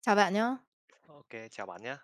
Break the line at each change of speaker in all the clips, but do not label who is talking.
Chào bạn nhá.
OK, chào bạn nhé.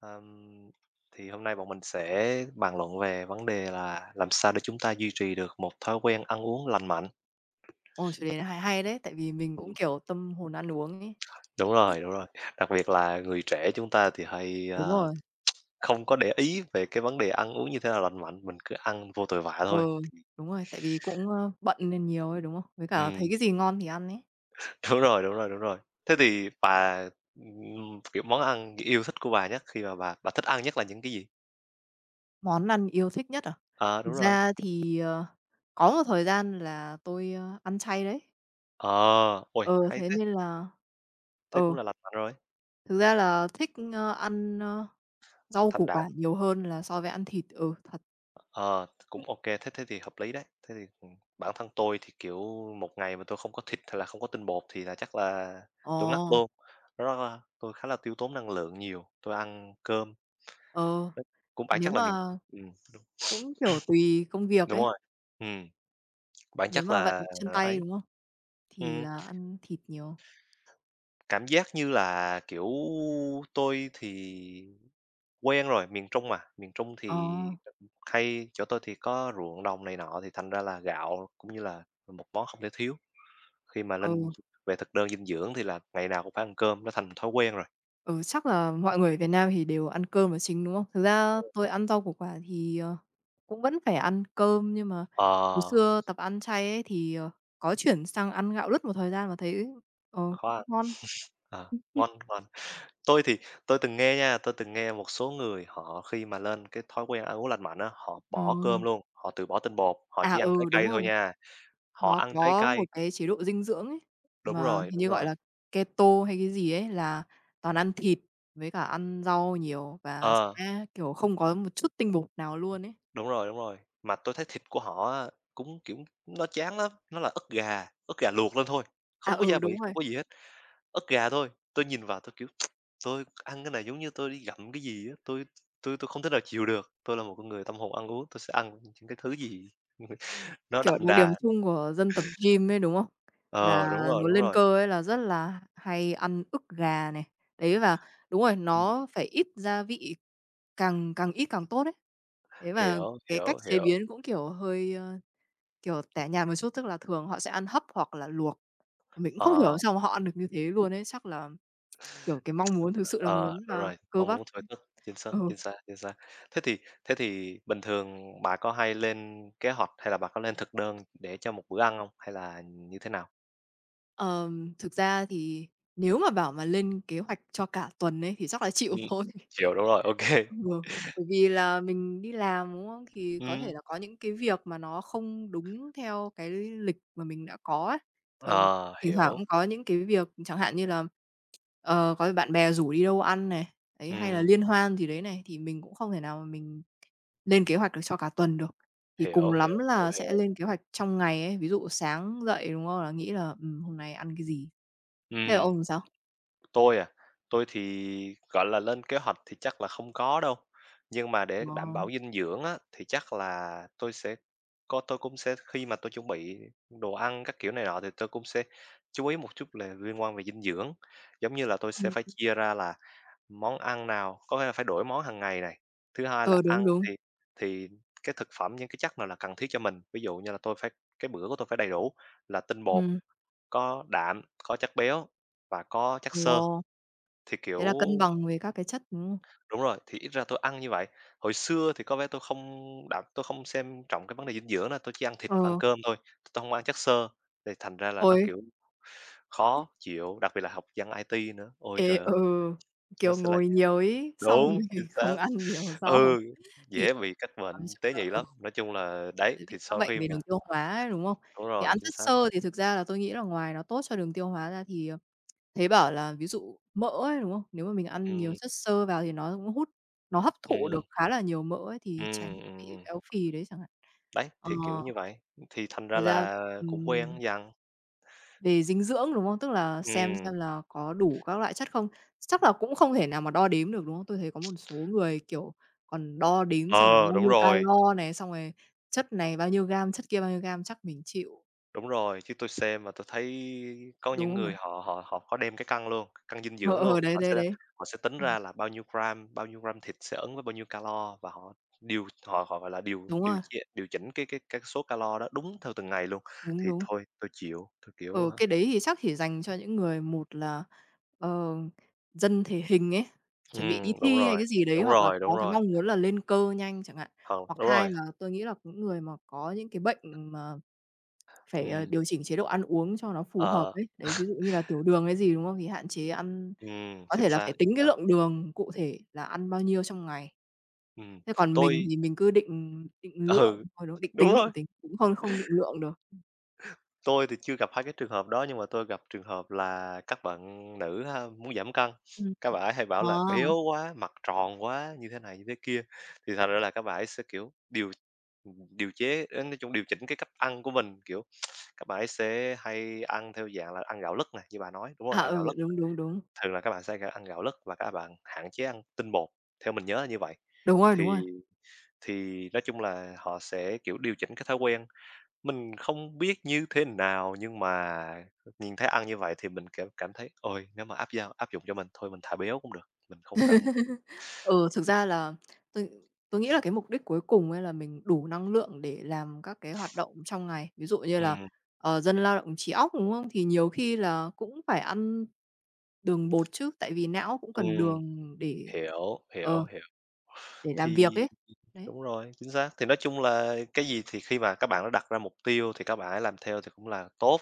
Ờm, thì hôm nay bọn mình sẽ bàn luận về vấn đề là làm sao để chúng ta duy trì được một thói quen ăn uống lành mạnh.
Ồ, chủ đề này hay hay đấy, tại vì mình cũng,
Ừm,
kiểu, tâm hồn ăn uống ấy.
đúng rồi, đúng rồi. Đặc biệt là người trẻ chúng ta thì hay,
Đúng rồi,
không có để ý về cái vấn đề ăn uống như thế nào lành mạnh, mình cứ ăn vô tội vạ thôi.
ừ, đúng rồi, tại vì cũng, bận nên nhiều ấy, đúng không? Với cả thấy
Ừm,
cái gì ngon thì ăn ấy.
đúng rồi, đúng rồi, đúng rồi. Thế thì bà, kiểu, món ăn yêu thích của bà nhất khi mà bà thích ăn nhất là những cái gì?
Món ăn yêu thích nhất à?
À
Thực
đúng rồi.
ra thì, có một thời gian là tôi, ăn chay đấy.
Ờ, ôi,
Ừ,
hay
thế
thế,
nên là
thế
ừ,
cũng là lành mạnh rồi,
thực ra là thích, ăn, rau
thành
củ
đạt.
quả nhiều hơn là so với ăn thịt, ừ, thật.
Ờ, cũng ok thế thế thì hợp lý đấy. Thế thì, bản thân tôi thì, kiểu, một ngày mà tôi không có thịt hay là không có tinh bột thì là chắc là tôi ngắt
Ồ,
luôn. Nó rất là tôi khá là tiêu tốn năng lượng nhiều, tôi ăn cơm
ờ,
cũng bản
nếu
chất là miền
mà
ừm,
cũng, kiểu, tùy công việc
đúng
ấy,
rồi, ừm, bản
nếu
chất
mà vận
là
động chân tay,
ấy,
đúng không? Thì
ừm,
là ăn thịt nhiều.
cảm giác như là, kiểu, tôi thì quen rồi, miền Trung mà, miền Trung
Ờ,
thì hay chỗ tôi thì có ruộng đồng này nọ thì thành ra là gạo cũng như là một món không thể thiếu. Khi mà lên
ừ,
về thực đơn dinh dưỡng thì là ngày nào cũng phải ăn cơm, nó thành thói quen rồi.
ừ, chắc là mọi người ở Việt Nam thì đều ăn cơm là chính, đúng không? Thực ra
Đúng.
tôi ăn rau củ quả thì, cũng vẫn phải ăn cơm, nhưng mà hồi
Ờ,
xưa tập ăn chay ấy thì, có chuyển sang ăn gạo lứt một thời gian và thấy,
khó
cũng
ăn,
ngon.
ờ, ngon, ngon. Tôi thì tôi từng nghe nha, tôi từng nghe một số người họ khi mà lên cái thói quen ăn uống lành mạnh á, họ
Ờ,
bỏ cơm luôn, họ từ bỏ tinh bột, họ
à,
chỉ ăn trái
ừ, đúng
cây
rồi,
thôi nha, họ
nó
ăn trái
có một
cây
cái chế độ dinh dưỡng ấy,
đúng
mà
rồi,
hình như
đúng
gọi
rồi.
là keto hay cái gì ấy, là toàn ăn thịt với cả ăn rau nhiều và
Ờ,
sẽ, kiểu, không có một chút tinh bột nào luôn ấy.
đúng rồi, đúng rồi. Mà tôi thấy thịt của họ á cũng, kiểu, nó chán lắm, nó là ức gà luộc lên thôi,
À,
không có
ừ,
gia vị,
đúng
không
rồi,
có gì hết. Ức gà thôi, tôi nhìn vào tôi, kiểu, tôi ăn cái này giống như tôi đi gặm cái gì á, tôi không thể nào chịu được. Tôi là một con người tâm hồn ăn uống, tôi sẽ ăn những cái thứ gì nó
kiểu,
đậm
đặc điểm
đà.
chung của dân tập gym ấy, đúng không? Là
Ờ, đúng rồi,
muốn
đúng
lên
rồi.
cơ ấy là rất là hay ăn ức gà này, đấy, và đúng rồi,
Ừm,
nó phải ít gia vị, càng càng ít càng tốt ấy. Thế và
hiểu,
cái cách
hiểu,
chế
hiểu.
biến cũng, kiểu, hơi, kiểu, tẻ nhạt một chút, tức là thường họ sẽ ăn hấp hoặc là luộc. Mình cũng không hiểu làm
Ờ,
sao mà họ ăn được như thế luôn ấy, chắc là, kiểu, cái mong muốn thực sự là
ờ,
muốn
đúng
là
rồi,
cơ
mong
bắp.
muốn thỏa thích, chính xác,
Ừ.
chính xác, chính xác. Thế thì bình thường bà có hay lên kế hoạch hay là bà có lên thực đơn để cho một bữa ăn không? Hay là như thế nào?
Thực ra thì nếu mà bảo mà lên kế hoạch cho cả tuần ấy thì chắc là chịu
Ừm,
thôi.
chiều, đúng rồi, Ok. Kê.
Ừ, bởi vì là mình đi làm, đúng không? Thì có thể là có những cái việc mà nó không đúng theo cái lịch mà mình đã có ấy. Thường
Ờ,
thỉnh thoảng
hiểu,
cũng có những cái việc chẳng hạn như là, có bạn bè rủ đi đâu ăn này, ấy, hay là
ừm.
liên hoan gì đấy này, thì mình cũng không thể nào mà mình lên kế hoạch được cho cả tuần được. Thì cùng
Hiểu, hiểu,
lắm
hiểu,
là sẽ
hiểu.
lên kế hoạch trong ngày ấy, ví dụ sáng dậy, đúng không? Là nghĩ là, hôm nay ăn cái gì? Thế là
Ừm,
ông làm sao?
tôi à, tôi thì, gọi là, lên kế hoạch thì chắc là không có đâu, nhưng mà để
Ờ,
đảm bảo dinh dưỡng á, thì chắc là tôi cũng sẽ khi mà tôi chuẩn bị đồ ăn các kiểu này nọ thì tôi cũng sẽ chú ý một chút là liên quan về dinh dưỡng. Giống như là tôi sẽ
ừm,
phải chia ra là món ăn nào có nghĩa là phải đổi món hàng ngày này, thứ hai là
ờ,
ăn
đúng, đúng,
thì thì cái thực phẩm, những cái chất nào là cần thiết cho mình. Ví dụ như là tôi phải cái bữa của tôi phải đầy đủ là tinh bột,
ừm,
có đạm, có chất béo và có chất xơ,
ồ,
thì,
thế
kiểu
là cân bằng về các cái chất, đúng không?
đúng rồi, thì ít ra tôi ăn như vậy. Hồi xưa thì có vẻ tôi không xem trọng cái vấn đề dinh dưỡng đó, tôi chỉ ăn thịt và ăn
Ờ,
cơm thôi, tôi không ăn chất xơ, thì thành ra là nó,
ôi,
kiểu, khó chịu, đặc biệt là học dân IT nữa. Ôi
ê,
trời
ừ,
ơi, nó
kiểu,
sẽ là
ngồi nhiều ấy, xong rồi
đúng, chính
không
xác.
ăn nhiều rau
Ừ,
thì
dễ bị các
nói
bệnh
chung
tế
là,
nhị lắm. Nói chung là đấy,
sẽ bị
thì
các
sau
bệnh
khi
về
mà
đường tiêu hóa ấy, đúng không?
đúng
Thì
rồi,
ăn
chính
chất
xác.
xơ thì thực ra là tôi nghĩ là ngoài nó tốt cho đường tiêu hóa ra thì, thấy bảo là ví dụ mỡ ấy, đúng không? Nếu mà mình ăn nhiều
Ừm,
chất xơ vào thì nó cũng hút nó hấp thụ được
ừm,
khá là nhiều mỡ ấy, thì
ừm,
tránh bị
ừm,
béo phì đấy chẳng hạn.
Đấy,
Ờ,
thì kiểu như vậy, thì thành ra
thực ra
là cũng
ừm.
quen dần.
Về dinh dưỡng, đúng không? Tức là xem
Ừm,
là có đủ các loại chất không? Chắc là cũng không thể nào mà đo đếm được, đúng không? Tôi thấy có một số người, kiểu, còn đo đếm xem là
ờ,
bao nhiêu calo này, xong rồi chất này bao nhiêu gam, chất kia bao nhiêu gam, chắc mình chịu.
đúng rồi, chứ tôi xem mà tôi thấy có những
Đúng rồi.
người họ họ họ có đem cái cân luôn, cân dinh
Ờ,
dưỡng luôn,
ờ, đấy, đấy, đấy.
họ sẽ tính
Ừm,
ra là bao nhiêu gram thịt sẽ ứng với bao nhiêu calo và họ điều họ họ, gọi là, điều
đúng
điều
rồi,
ch điều chỉnh cái số calo đó đúng theo từng ngày luôn.
đúng,
Thì
đúng.
thôi tôi chịu, tôi, kiểu,
Ừ,
hả
cái đấy thì chắc chỉ dành cho những người một là, ờ, dân thể hình ấy, chuẩn bị đi
đúng
thi hay
rồi,
cái gì đấy,
đúng
hoặc là
rồi,
có cái mong muốn là lên cơ nhanh chẳng hạn. Hoặc
đúng
hai
rồi,
là tôi nghĩ là những người mà có những cái bệnh phải,
ừm,
điều chỉnh chế độ ăn uống cho nó phù hợp
ờ,
ấy. Đấy, ví dụ như là tiểu đường hay gì, đúng không? Thì hạn chế ăn có thể
chính
là
xác,
phải tính
chính
cái
xác,
lượng đường cụ thể là ăn bao nhiêu trong ngày.
ừm.
Thế còn mình
Tôi
thì mình cứ định định lượng,
ừ,
thôi đúng,
đúng rồi.
định tính, cũng không không định lượng được.
Tôi thì chưa gặp hai cái trường hợp đó, nhưng mà tôi gặp trường hợp là các bạn nữ ha, muốn giảm cân,
Ừm.
các bạn ấy hay bảo
Ờ,
là "béo quá, mặt tròn quá", như thế này như thế kia. Thì thành ra là các bạn ấy sẽ, kiểu, điều điều chế ơ, nói chung điều chỉnh cái cách ăn của mình, kiểu, các bạn ấy sẽ hay ăn theo dạng là ăn gạo lứt này như bà nói, đúng rồi,
à,
ăn
ừ,
gạo lứt.
đúng, đúng, đúng.
Thường là các bạn sẽ ăn gạo lứt và các bạn hạn chế ăn tinh bột, theo mình nhớ là như vậy.
Đúng rồi, đúng
Thì
rồi.
thì nói chung là họ sẽ, kiểu, điều chỉnh cái thói quen. Mình không biết như thế nào, nhưng mà nhìn thấy ăn như vậy thì mình cảm cảm thấy, ôi, nếu mà áp dụng cho mình, thôi mình thả béo cũng được, mình không cần
Ừ, thực ra là tôi tôi nghĩ là cái mục đích cuối cùng ấy là mình đủ năng lượng để làm các cái hoạt động trong ngày. Ví dụ như là,
ừm,
dân lao động trí óc, đúng không? Thì nhiều khi là cũng phải ăn đường bột chứ, tại vì não cũng cần
ừm,
đường để
hiểu, hiểu,
ờ,
hiểu.
để làm việc
Thì
ấy. Đấy,
đúng rồi, chính xác. Thì nói chung là cái gì thì khi mà các bạn đã đặt ra mục tiêu thì các bạn ấy làm theo thì cũng là tốt.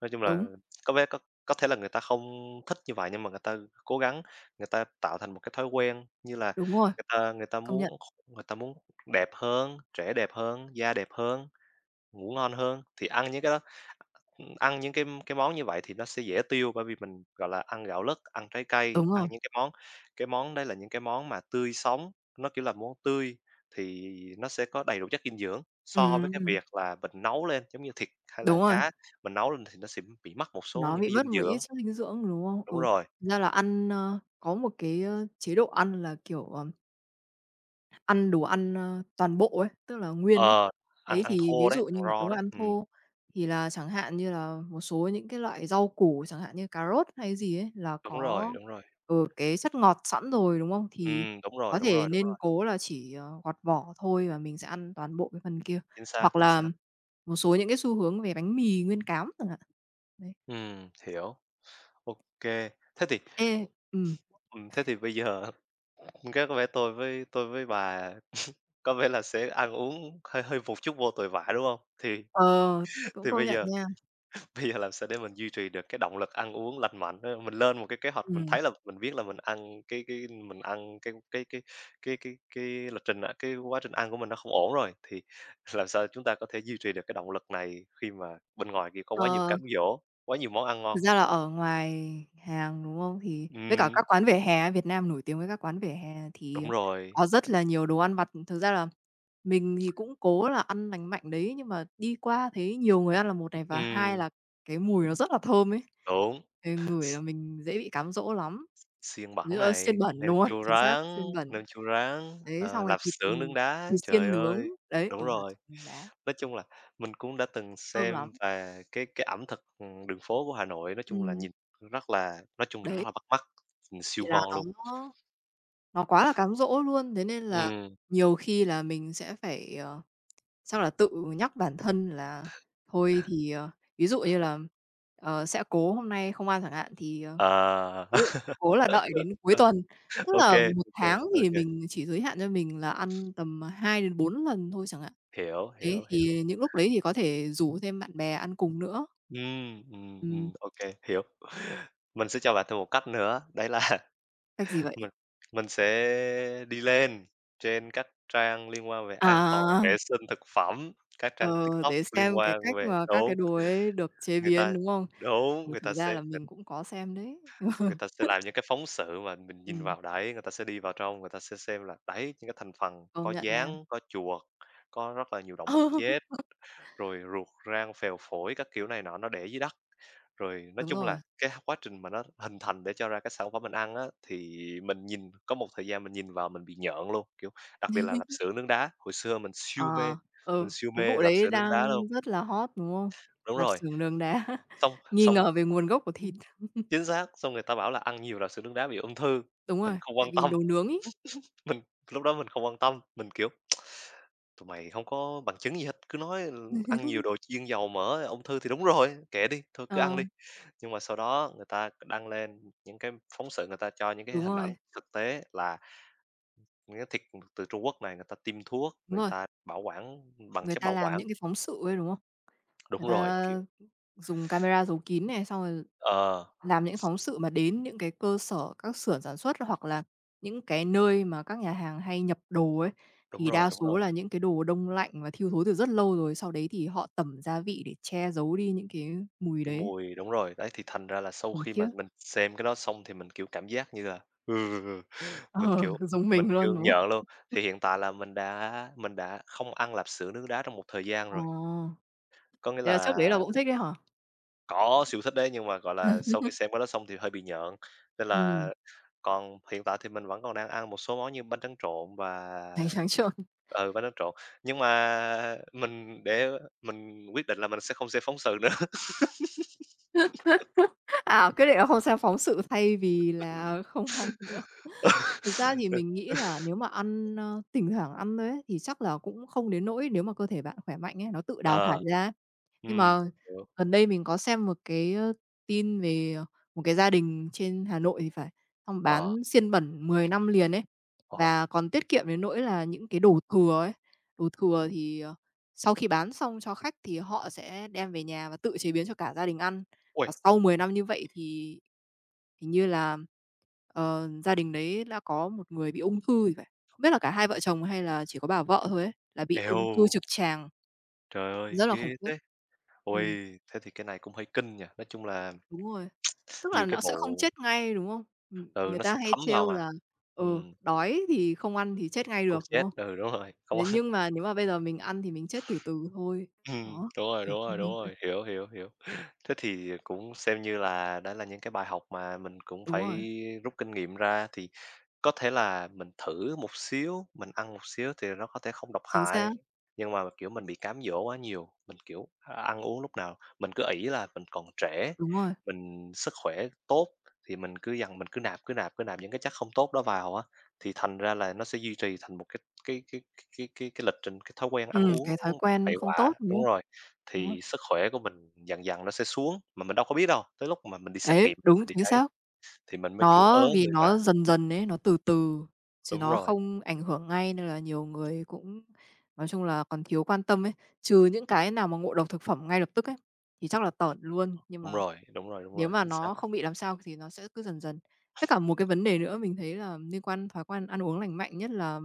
Nói chung là
đúng,
có vẻ có thể là người ta không thích như vậy, nhưng mà người ta cố gắng, người ta tạo thành một cái thói quen như là
đúng rồi,
người ta
công nhận,
muốn người ta muốn đẹp hơn, trẻ đẹp hơn, da đẹp hơn. Ngủ ngon hơn, thì ăn những cái món như vậy thì nó sẽ dễ tiêu, bởi vì mình, gọi là, ăn gạo lứt, ăn trái cây,
đúng
ăn
rồi.
những cái món đây là những cái món mà tươi sống, nó, kiểu là, món tươi thì nó sẽ có đầy đủ chất dinh dưỡng so với cái
Ừm,
việc là mình nấu lên, giống như thịt hay là
đúng rồi,
cá, mình nấu lên thì nó sẽ bị mất một số
nó
những
bị
cái
mất
dinh
một
dưỡng.
ít chất dinh dưỡng, đúng không? Ừ,
Đúng rồi,
thực ra là ăn, có một cái, chế độ ăn là, kiểu, ăn đồ ăn, toàn bộ ấy, tức là nguyên ấy.
ờ, ăn
Đấy,
ăn
thì ví
thô đấy,
dụ như
ăn
là
raw
đúng là
đấy,
ăn thô, thì là chẳng hạn như là một số những cái loại rau củ, chẳng hạn như cà rốt hay gì ấy, là
đúng
có,
rồi, đúng rồi,
cái chất ngọt sẵn rồi, đúng không? Thì
đúng
có
rồi, đúng
thể
rồi, đúng
nên
rồi,
cố là chỉ, gọt vỏ thôi và mình sẽ ăn toàn bộ cái phần kia.
chính xác,
Hoặc
chính
là
xác.
một số những cái xu hướng về bánh mì nguyên cám chẳng hạn. Đấy.
Hiểu, ok. Thế thì
Ê, ừm,
ừm, thế thì bây giờ cái có vẻ tôi với bà có vẻ là sẽ ăn uống hơi hơi một chút vô tội vạ, đúng không? Thì
ờ, cũng
thì
công
bây
nhận
giờ
nha.
bây giờ làm sao để mình duy trì được cái động lực ăn uống lành mạnh á? Mình lên một cái kế hoạch, mình
Ừm,
thấy là mình biết là mình ăn cái mình ăn cái lịch trình á, cái quá trình ăn của mình nó không ổn rồi, thì làm sao chúng ta có thể duy trì được cái động lực này khi mà bên ngoài kia có quá nhiều
ờ.
cám dỗ, quá nhiều món ăn
Thực
ngon?
ra là ở ngoài hàng, đúng không? Thì với cả
Ừm,
các quán vỉa hè ấy, Việt Nam nổi tiếng với các quán vỉa hè thì
đúng rồi,
có rất là nhiều đồ ăn vặt. Thực ra là mình thì cũng cố là ăn lành mạnh đấy, nhưng mà đi qua thấy nhiều người ăn là một này, và hai
ừm,
là cái mùi nó rất là thơm ấy.
đúng.
Thì ngửi là mình dễ bị cám dỗ lắm.
Xiên
Ví
bẩn
dụ,
này,
xiên bẩn, đúng rồi, chính xác, xiên bẩn.
nem chua rán,
Đấy,
ờ,
xong rồi
lạp
thịt,
xưởng nướng đá,
thịt
trời
xiên nướng,
ơi,
đấy,
đúng
ừ, là
rồi.
xưởng nướng đá,
Nói chung là mình cũng đã từng
thơm lắm.
xem và cái ẩm thực, đường phố của Hà Nội nói chung là
Ừm,
nhìn rất là nói chung là rất
đấy,
là bắt mắt, nhìn
thì
siêu
là
ngon luôn.
nó Nó quá là cám dỗ luôn, thế nên là
Ừm,
nhiều khi là mình sẽ phải, chắc là tự nhắc bản thân là thôi thì, ví dụ như là, sẽ cố hôm nay không ăn chẳng hạn, thì,
ờ.
ví dụ cố là đợi đến cuối tuần. Tức
Ô
là
kê,
một
ô kê,
tháng
ô
thì
kê,
mình chỉ giới hạn cho mình là ăn tầm 2 đến 4 lần thôi chẳng hạn.
hiểu,
Đấy,
hiểu, hiểu.
thì những lúc đấy thì có thể rủ thêm bạn bè ăn cùng nữa. Ừm,
Ô kê, hiểu. Mình sẽ cho bạn thêm một cách nữa, đấy là
cách gì vậy?
Mình mình sẽ đi lên trên các trang liên quan về an toàn
À!
vệ sinh thực phẩm, các trang
Ờ,
TikTok
để
liên
xem cái
quan
cách
về
mà các cái
đúng,
đồ ấy được chế
người
biến,
ta
đúng không?
đúng,
Ừ, thực ra là mình cũng có xem đấy.
người ta sẽ làm những cái phóng sự mà mình nhìn
Ừm,
vào đấy, người ta sẽ đi vào trong, người ta sẽ xem là đấy, những cái thành phần
công
có
nhận nha.
gián, có chuột, có rất là nhiều động vật chết,
Ừ,
rồi ruột, rang, phèo phổi các kiểu này nọ nó để dưới đất. Rồi nói
đúng
chung
rồi.
là cái quá trình mà nó hình thành để cho ra cái sản phẩm mình ăn á, thì mình nhìn có một thời gian mình nhìn vào mình bị nhợn luôn, kiểu, đặc biệt là lạp xưởng nướng đá, hồi xưa
Ờ,
mình
ừ,
siêu
cái vụ
mê lạp
đấy
xưởng nướng đá luôn.
đang rất là hot, đúng không?
Đúng
Lạp
rồi,
xưởng Đường Đá,
xong
nghi
xong
ngờ về nguồn gốc của thịt.
ừm, chính xác, xong người ta bảo là ăn nhiều lạp xưởng nướng đá bị ung thư,
Đúng
mình
rồi,
không
tại
quan
vì
tâm,
đồ nướng ấy.
mình lúc đó mình không quan tâm, mình, kiểu, tụi mày không có bằng chứng gì hết, cứ nói, ừ, ăn nhiều đồ chiên dầu mỡ ung thư thì đúng rồi, kệ đi, thôi cứ ăn
Ờ,
đi. Nhưng mà sau đó người ta đăng lên những cái phóng sự, người ta cho những cái
đúng
hình ảnh
rồi,
thực tế là những cái thịt từ Trung Quốc này người ta tiêm thuốc,
đúng
người
rồi,
ta bảo quản bằng
người
chất
ta
bảo
làm
quản.
những cái phóng sự ấy, đúng không?
Đúng
Người
rồi, kiểu
ta dùng camera giấu kín này, xong rồi
ờ,
làm những phóng sự mà đến những cái cơ sở, các xưởng sản xuất hoặc là những cái nơi mà các nhà hàng hay nhập đồ ấy, thì đa
đúng
số
rồi,
là những cái đồ đông lạnh và thiêu thối từ rất lâu rồi, sau đấy thì họ tẩm gia vị để che giấu đi những cái mùi
cái
đấy.
mùi đúng rồi, đấy, thì thành ra là sau
Khủng
khi mà
khiếp.
mình xem cái đó xong thì mình, kiểu, cảm giác như là, ừ,
Ờ,
mình, kiểu,
giống
mình,
mình luôn,
kiểu,
đúng không?
nhợn luôn. Thì hiện tại là mình đã không ăn lạp xưởng nướng đá trong một thời gian
Ờ,
rồi, có nghĩa
thế là trước
là
đấy là cũng thích đấy hả?
có, siêu thích đấy, nhưng mà, gọi là, sau khi xem cái đó xong thì hơi bị nhợn, nên là
Ừm,
còn hiện tại thì mình vẫn còn đang ăn một số món như bánh tráng trộn và
đánh trắng trợn.
ừ, bánh tráng trộn, nhưng mà mình quyết định là mình sẽ không xem phóng sự nữa.
À, quyết định là không xem phóng sự thay vì là không ăn nữa. Thực ra thì mình nghĩ là nếu mà ăn, thỉnh thoảng ăn thôi ấy, thì chắc là cũng không đến nỗi nếu mà cơ thể bạn khỏe mạnh ấy, nó tự đào thải
Ờ,
ra ấy.
ừ
Nhưng mà
hiểu,
gần đây mình có xem một cái, tin về, một cái gia đình trên Hà Nội thì phải, xong
ờ,
bán xiên bẩn 10 năm liền ấy,
ờ.
và còn tiết kiệm đến nỗi là những cái đồ thừa ấy, đồ thừa thì, sau khi bán xong cho khách thì họ sẽ đem về nhà và tự chế biến cho cả gia đình ăn.
Ui,
Và sau 10 năm như vậy thì hình như là, gia đình đấy đã có một người bị ung thư thì phải, không biết là cả hai vợ chồng hay là chỉ có bà vợ thôi ấy, là bị ung thư
eo,
trực tràng,
trời ơi,
rất là khủng
ghê
khiếp.
thế!
Ừ.
Ui, thế thì cái này cũng hơi kinh nhỉ, nói chung là
Đúng rồi, tức là
nhiều cái
nó sẽ không
vụ
chết ngay, đúng không?
ừ,
Người
nó
ta
sẽ
hay
thấm vào
trêu
mà.
là,
Ừ,
đói thì không ăn thì chết ngay
cô
được, đúng
chết,
không?
ừ, đúng rồi, không.
Thế nhưng mà nếu mà bây giờ mình ăn thì mình chết từ từ thôi. Đó,
Đúng rồi,
kiểu
đúng
kiểu
rồi, đúng
như vậy.
rồi, hiểu, hiểu, hiểu. Thế thì cũng xem như là đã là những cái bài học mà mình cũng
Đúng rồi,
phải rút kinh nghiệm ra, thì có thể là mình thử một xíu, mình ăn một xíu thì nó có thể không độc
chính
hại,
xác,
nhưng mà, kiểu, mình bị cám dỗ quá nhiều, mình, kiểu, a, ăn uống lúc nào mình cứ ỷ là mình còn trẻ,
đúng rồi.
mình sức khỏe tốt thì mình cứ dằn mình cứ nạp, cứ nạp, cứ nạp những cái chất không tốt đó vào á, thì thành ra là nó sẽ duy trì thành một cái lịch trình, cái thói quen ăn uống
Cái thói quen
bậy
không
bạ
tốt, đúng
đúng
không?
rồi,
Đúng rồi.
thì sức khỏe của mình dần dần nó sẽ xuống, mà mình đâu có biết đâu, tới lúc mà mình đi xét
Đấy,
nghiệm
đúng,
mình đi
chính
thấy,
xác.
thì mình mới, kiểu, ớ
Nó vì
người ra
nó dần dần ấy, nó từ từ, chứ
đúng
nó
rồi.
không ảnh hưởng ngay nên là nhiều người cũng nói chung là còn thiếu quan tâm ấy. Trừ những cái nào mà ngộ độc thực phẩm ngay lập tức ấy, thì chắc là tởn luôn, nhưng
Đúng
mà
rồi, đúng rồi, đúng
nếu
rồi,
mà
chính xác.
nó không bị làm sao thì nó sẽ cứ dần dần. Với cả một cái vấn đề nữa mình thấy là liên quan thói quen ăn uống lành mạnh, nhất là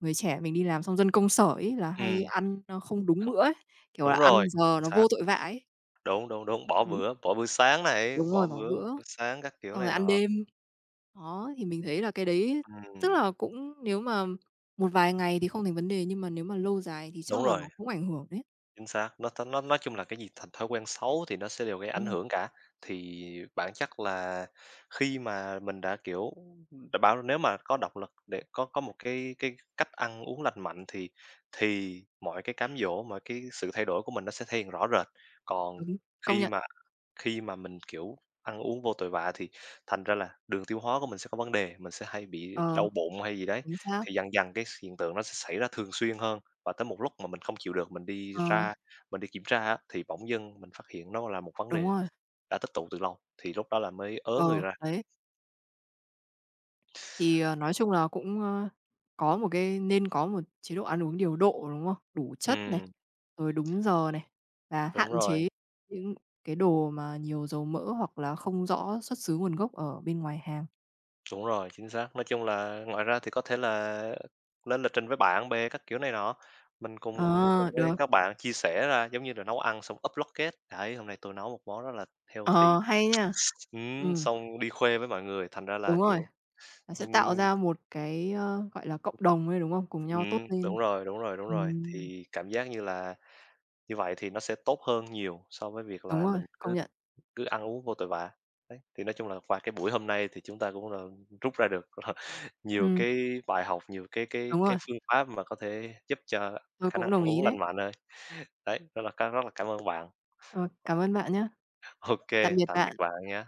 người trẻ mình đi làm xong dân công sở ấy, là hay
Ừm,
ăn, không đúng bữa ấy, kiểu là,
đúng
ăn
rồi,
giờ nó
xác,
vô tội vạ ấy.
đúng, đúng, đúng,
Đấy,
bỏ bữa sáng này,
đúng
bỏ
rồi, bỏ
bữa
bữa,
bữa sáng các kiểu
xong rồi
này
ăn
nọ.
đêm. Đó, thì mình thấy là cái đấy
Ừm,
tức là cũng nếu mà một vài ngày thì không thành vấn đề, nhưng mà nếu mà lâu dài thì chắc
đúng
là
rồi,
nó cũng ảnh hưởng đấy.
chính xác, nó nói chung là cái gì thành thói quen xấu thì nó sẽ đều gây
Đúng
ảnh
rồi,
hưởng cả. Thì bản chất là khi mà mình đã, kiểu, đã bảo nếu mà có động lực để có một cái cách ăn uống lành mạnh thì mọi cái cám dỗ, mọi cái sự thay đổi của mình nó sẽ thể hiện rõ rệt. Còn
đúng, công
khi
nhận.
mà Khi mà mình, kiểu, ăn uống vô tội vạ thì thành ra là đường tiêu hóa của mình sẽ có vấn đề, mình sẽ hay bị
Ờ,
đau bụng hay gì đấy.
chính xác.
Thì dần dần cái hiện tượng nó sẽ xảy ra thường xuyên hơn và tới một lúc mà mình không chịu được,
Ờ,
mình đi kiểm tra á, thì bỗng dưng mình phát hiện nó là một vấn
đúng
đề
rồi.
đã tích tụ từ lâu, thì lúc đó là mới ớ người
Ờ,
ra.
đấy, thì, nói chung là cũng, có một cái nên có một chế độ ăn uống điều độ, đúng không? Đủ chất này,
Ừ,
rồi đúng giờ này, và
đúng
hạn
rồi.
chế những cái đồ mà nhiều dầu mỡ hoặc là không rõ xuất xứ nguồn gốc ở bên ngoài hàng.
Đúng rồi, chính xác. Nói chung là ngoài ra thì có thể là lên lịch trình với bạn bè các kiểu này nọ, mình cùng
Ờ,
với
được.
các bạn chia sẻ ra, giống như là nấu ăn xong upload kết "Đấy, hôm nay tôi nấu một món rất là
Ờ,
healthy."
hay nha. Ừm,
Xong đi khoe với mọi người, thành ra là,
đúng rồi.
kiểu,
Nó sẽ tạo
ừm
ra một cái, gọi là, cộng đồng ấy, đúng không? Cùng nhau tốt lên.
đúng rồi, đúng rồi, đúng rồi.
Ừm,
Thì cảm giác như là như vậy thì nó sẽ tốt hơn nhiều so với việc
đúng
là
rồi,
mình
công
cứ
nhận.
cứ ăn uống vô tội vạ. Đấy, thì nói chung là qua cái buổi hôm nay thì chúng ta cũng là rút ra được là nhiều
Ừm,
cái bài học, nhiều cái cái
đúng
cái
rồi,
phương pháp mà có thể giúp cho
tôi
khả năng
cũng đồng
ăn
ý
uống
đấy.
lành mạnh hơn. Đấy, rất là cảm ơn bạn.
Rồi, cảm ơn bạn nhá.
Ok,
Tạm biệt
tạm biệt
bạn.
bạn nhé.